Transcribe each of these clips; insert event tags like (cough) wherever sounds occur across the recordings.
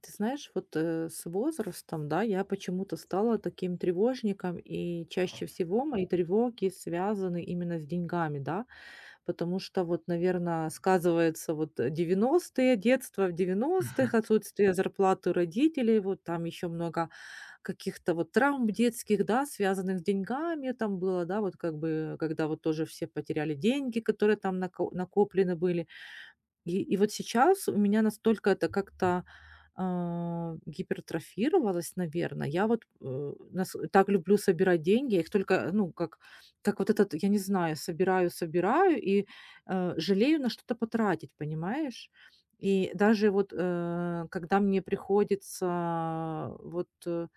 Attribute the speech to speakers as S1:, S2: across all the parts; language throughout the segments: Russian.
S1: Ты знаешь, вот с возрастом, да, я почему-то стала таким тревожником, и чаще всего мои тревоги связаны именно с деньгами, да, потому что вот, наверное, сказывается вот 90-е, детство в 90-х,
S2: Мгм.
S1: отсутствие зарплаты у родителей, вот там еще много каких-то вот травм детских, да, связанных с деньгами там было, да, вот как бы, когда вот тоже все потеряли деньги, которые там накоплены были, и вот сейчас у меня настолько это как-то, гипертрофировалось, наверное. Я вот, нас так люблю собирать деньги, я их только, ну, как вот этот, я не знаю, собираю собираю и жалею на что-то потратить, понимаешь? И даже вот, когда мне приходится вот, э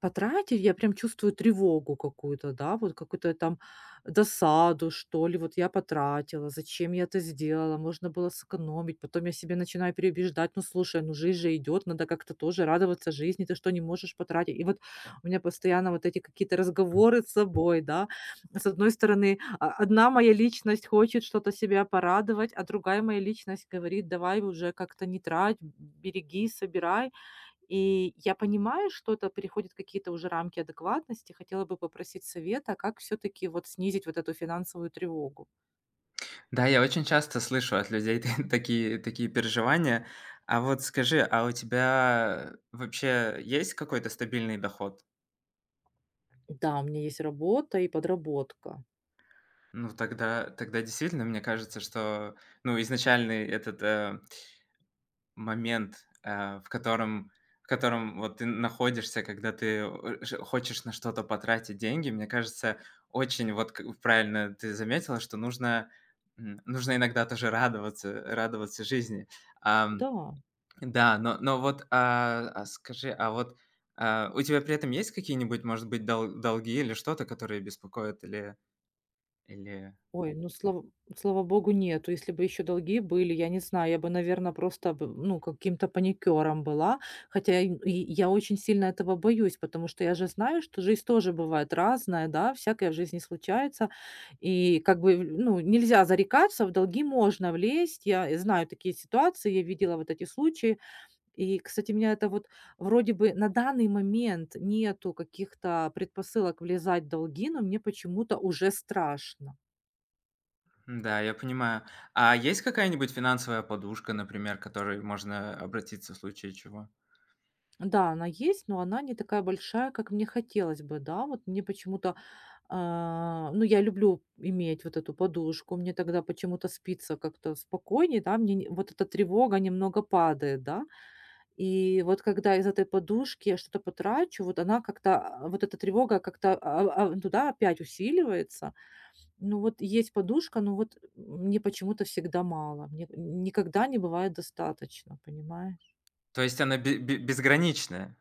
S1: Потратив, я прям чувствую тревогу какую-то, да, вот какую-то там досаду, что ли, вот я потратила, зачем я это сделала, можно было сэкономить. Потом я себе начинаю переубеждать, ну слушай, ну жизнь же идет, надо как-то тоже радоваться жизни, ты что, не можешь потратить? И вот у меня постоянно вот эти какие-то разговоры с собой, да. С одной стороны, одна моя личность хочет что-то себя порадовать, а другая моя личность говорит, давай уже как-то не трать, береги, собирай. И я понимаю, что это переходит в какие-то уже рамки адекватности. Хотела бы попросить совета, как все-таки вот снизить вот эту финансовую тревогу.
S2: Да, я очень часто слышу от людей (laughs) такие переживания. А вот скажи, а у тебя вообще есть какой-то стабильный доход?
S1: Да, у меня есть работа и подработка.
S2: Ну, тогда действительно, мне кажется, что, ну, изначальный этот, момент, в котором вот ты находишься, когда ты, ш хочешь на что-то потратить деньги, мне кажется, очень вот к правильно ты заметила, что нужно, нужно иногда тоже радоваться жизни. А
S1: Да.
S2: Да, но но вот, скажи, а вот, у тебя при этом есть какие-нибудь, может быть, дол долги или что-то, которые беспокоят или или.
S1: Ой, ну, слава слава богу, нету. Если бы еще долги были, я не знаю, я бы, наверное, просто б ну, каким-то паникером была. Хотя и я очень сильно этого боюсь, потому что я же знаю, что жизнь тоже бывает разная, да, всякое в жизни случается. И как бы, ну, нельзя зарекаться, в долги можно влезть. Я знаю такие ситуации, я видела вот эти случаи. И, кстати, меня это вот вроде бы на данный момент нету каких-то предпосылок влезать в долги, но мне почему-то уже страшно.
S2: Да, я понимаю. А есть какая-нибудь финансовая подушка, например, к которой можно обратиться в случае чего?
S1: Да, она есть, но она не такая большая, как мне хотелось бы, да. Вот мне почему-то, ну, я люблю иметь вот эту подушку, мне тогда почему-то спится как-то спокойнее, да, мне вот эта тревога немного падает, да. И вот когда из этой подушки я что-то потрачу, вот она как-то, вот эта тревога как-то туда опять усиливается. Ну, вот есть подушка, но вот мне почему-то всегда мало, мне никогда не бывает достаточно, понимаешь?
S2: То есть она бе бе безграничная?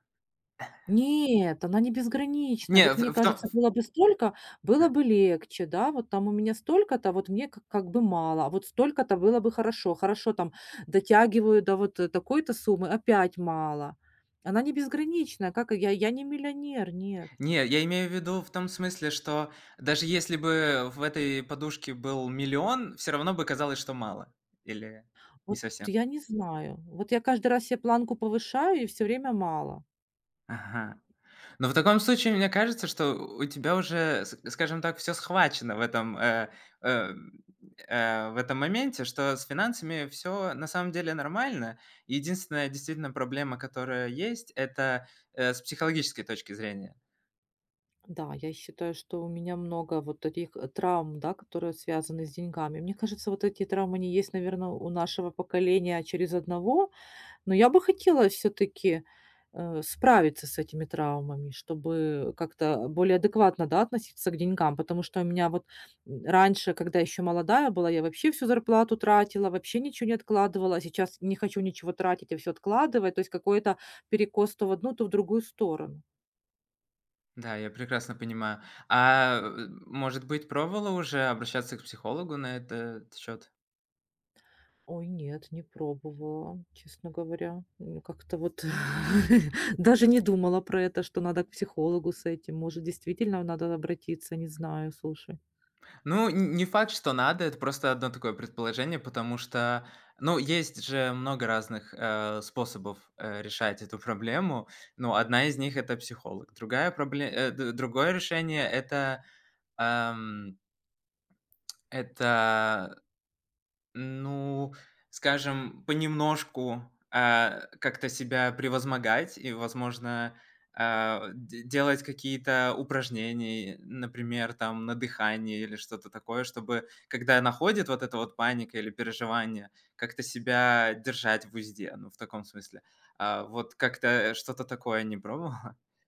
S1: Нет, она не безгранична.
S2: Не,
S1: Вот мне
S2: в том.
S1: кажется, было бы столько, было
S2: Да.
S1: бы легче, да, вот там у меня столько-то, вот мне как бы мало, а вот столько-то было бы хорошо, хорошо там дотягиваю до вот такой-то суммы, опять мало. Она не безграничная, как и я, не миллионер, нет.
S2: Не, я имею в виду в том смысле, что даже если бы в этой подушке был миллион, все равно бы казалось, что мало. Или не
S1: Вот
S2: совсем?
S1: я не знаю. Вот я каждый раз себе планку повышаю, и все время мало.
S2: Ага. Но в таком случае, мне кажется, что у тебя уже, с- скажем так, все схвачено в этом, э, в этом моменте, что с финансами все на самом деле нормально. Единственная действительно проблема, которая есть, это с психологической точки зрения.
S1: Да, я считаю, что у меня много вот таких травм, да, которые связаны с деньгами. Мне кажется, вот эти травмы не есть, наверное, у нашего поколения через одного, но я бы хотела все-таки справиться с этими травмами, чтобы как-то более адекватно, да, относиться к деньгам, потому что у меня вот раньше, когда еще молодая была, я вообще всю зарплату тратила, вообще ничего не откладывала, а сейчас не хочу ничего тратить, а все откладывать, то есть какой-то перекос то в одну, то в другую сторону.
S2: Да, я прекрасно понимаю. А может быть, пробовала уже обращаться к психологу на этот счет?
S1: Ой, нет, не пробовала, честно говоря. Как-то вот (laughs) даже не думала про это, что надо к психологу с этим. Может, действительно надо обратиться, не знаю, слушай.
S2: Ну, н не факт, что надо. Это просто одно такое предположение, потому что, ну, есть же много разных, способов, решать эту проблему. Ну, одна из них — это психолог. Другая пробле другое решение — это, эм, это ну, скажем, понемножку, как-то себя превозмогать и, возможно, де делать какие-то упражнения, например, там на дыхании или что-то такое, чтобы, когда находит вот эта вот паника или переживание, как-то себя держать в узде, ну, в таком смысле. А, вот как-то что-то такое не пробовала? (laughs)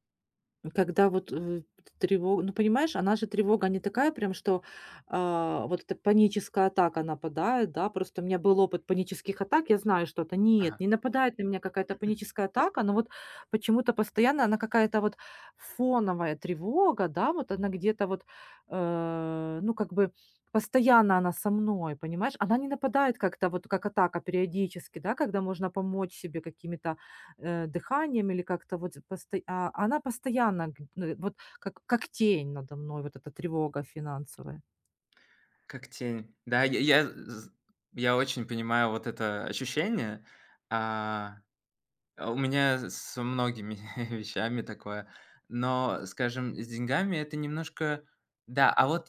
S1: Когда вот, тревога ну, понимаешь, она же тревога не такая прям, что, вот эта паническая атака нападает, да. Просто у меня был опыт панических атак, я знаю, что это нет,
S2: Ага.
S1: не нападает на меня какая-то паническая атака, но вот почему-то постоянно она какая-то вот фоновая тревога, да, вот она где-то вот, ну, как бы постоянно она со мной, понимаешь? Она не нападает как-то вот как атака периодически, да, когда можно помочь себе какими-то, дыханием или как-то вот посто а она постоянно, г ну, вот как тень надо мной, вот эта тревога финансовая.
S2: Как тень. Да, я очень понимаю вот это ощущение. А у меня с многими (laughs) вещами такое. Но, скажем, с деньгами это немножко да, а вот,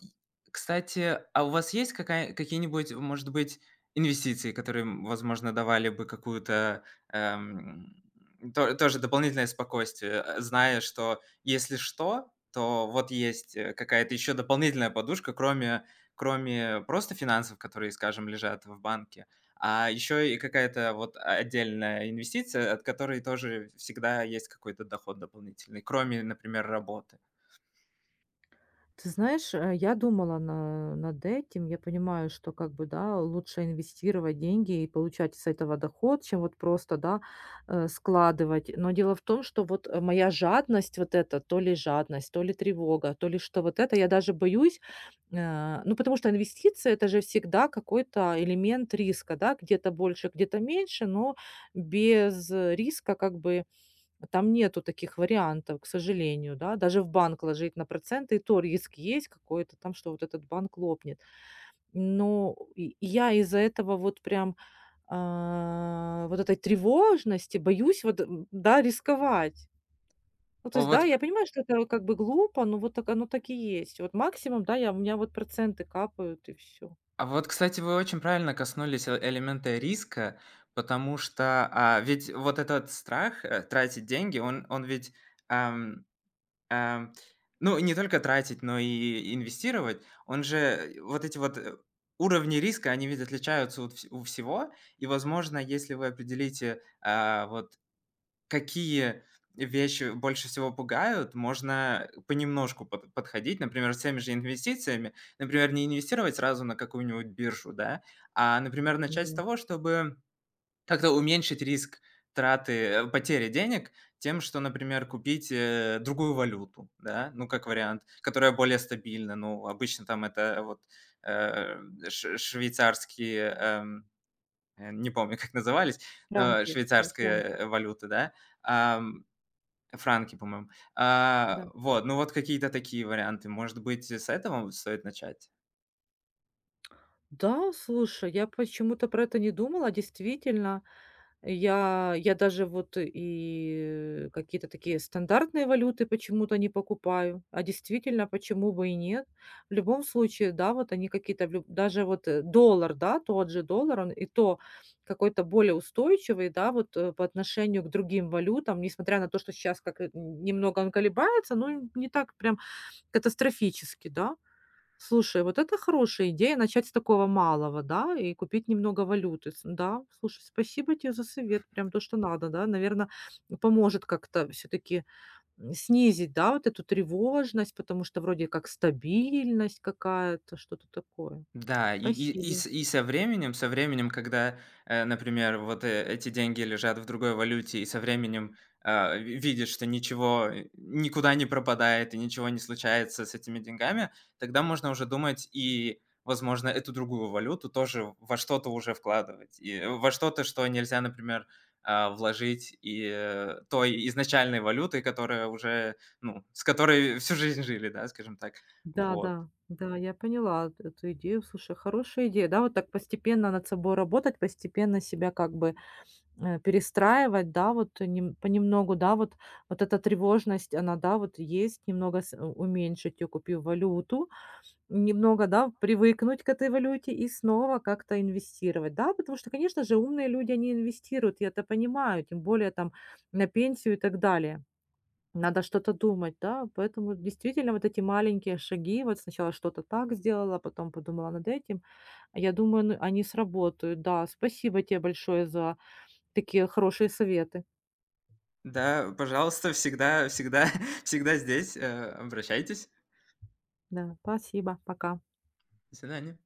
S2: кстати, а у вас есть какая какие-нибудь, может быть, инвестиции, которые, возможно, давали бы какую-то, эм, то тоже дополнительное спокойствие, зная, что если что, то вот есть, какая-то еще дополнительная подушка, кроме кроме просто финансов, которые, скажем, лежат в банке. А еще и какая-то вот отдельная инвестиция, от которой тоже всегда есть какой-то доход дополнительный, кроме, например, работы.
S1: Ты знаешь, я думала на над этим. Я понимаю, что как бы, да, лучше инвестировать деньги и получать с этого доход, чем вот просто, да, складывать. Но дело в том, что вот, моя жадность вот эта, то ли жадность, то ли тревога, то ли что вот это, я даже боюсь, ну, потому что инвестиции- это же всегда какой-то элемент риска, да, где-то больше, где-то меньше, но без риска как бы там нету таких вариантов, к сожалению, да. Даже в банк ложить на проценты, и то риск есть какой-то там, что вот этот банк лопнет. Но и я из-за этого вот прям, вот этой тревожности боюсь вот, да, рисковать. Ну, то
S2: О,
S1: есть,
S2: вот,
S1: да, я
S2: к
S1: понимаю, что это как бы глупо, но вот так оно так и есть. Вот максимум, да, я у меня вот проценты капают и все.
S2: а вот, кстати, вы очень правильно коснулись э элемента риска, потому что, ведь вот этот страх, тратить деньги, он ведь, ам, ам, ну, не только тратить, но и инвестировать. Он же, вот эти вот, уровни риска, они ведь отличаются от вс у всего. И, возможно, если вы определите, вот какие вещи больше всего пугают, можно понемножку под подходить. Например, с теми же инвестициями. Например, не инвестировать сразу на какую-нибудь биржу, да, а, например, начать с
S1: Да.
S2: того, чтобы как-то уменьшить риск траты, потери денег тем, что, например, купить, другую валюту, да, ну, как вариант, которая более стабильна. Ну, обычно там это вот, э, ш швейцарские, не помню, (laughs) как назывались,
S1: Франки, всё,
S2: швейцарская,
S1: франки,
S2: валюта, да. Франки, по-моему. А,
S1: да.
S2: вот, ну вот какие-то такие варианты. Может быть, с этого стоит начать?
S1: Да, слушай, я почему-то про это не думала. Действительно, я даже вот и какие-то такие стандартные валюты почему-то не покупаю. А действительно, почему бы и нет? В любом случае, да, вот они какие-то, даже вот доллар, да, тот же доллар, он и то какой-то более устойчивый, да, вот по отношению к другим валютам, несмотря на то, что сейчас как немного он колебается, но не так прям катастрофически, да. Слушай, вот это хорошая идея начать с такого малого, да, и купить немного валюты. Да, слушай, спасибо тебе за совет, прям то, что надо, да, наверное, поможет как-то все-таки снизить, да, вот эту тревожность, потому что вроде как стабильность какая-то, что-то такое.
S2: Да, и и и
S1: Спасибо.
S2: с и со временем, когда, например, вот, эти деньги лежат в другой валюте, и со временем, ви видишь, что ничего, никуда не пропадает и ничего не случается с этими деньгами, тогда можно уже думать и, возможно, эту другую валюту тоже во что-то уже вкладывать. И, во что-то, что нельзя, например, вложить и, той изначальной валютой, которая уже, ну, с которой всю жизнь жили, да, скажем так.
S1: Да,
S2: Вот.
S1: да, да, я поняла эту идею. Слушай, хорошая идея, да, вот так постепенно над собой работать, постепенно себя как бы перестраивать, да, вот нем понемногу, да, вот эта тревожность, она, да, вот есть, немного уменьшить её, купив валюту, немного, да, привыкнуть к этой валюте и снова как-то инвестировать, да. Потому что, конечно же, умные люди, они инвестируют, я это понимаю, тем более там на пенсию и так далее. Надо что-то думать, да, поэтому действительно вот эти маленькие шаги, вот сначала что-то так сделала, потом подумала над этим, а я думаю, ну, они сработают. Да, спасибо тебе большое за такие хорошие советы.
S2: Да, пожалуйста, всегда (laughs) всегда здесь, обращайтесь.
S1: Да, спасибо. Пока.
S2: До свидания.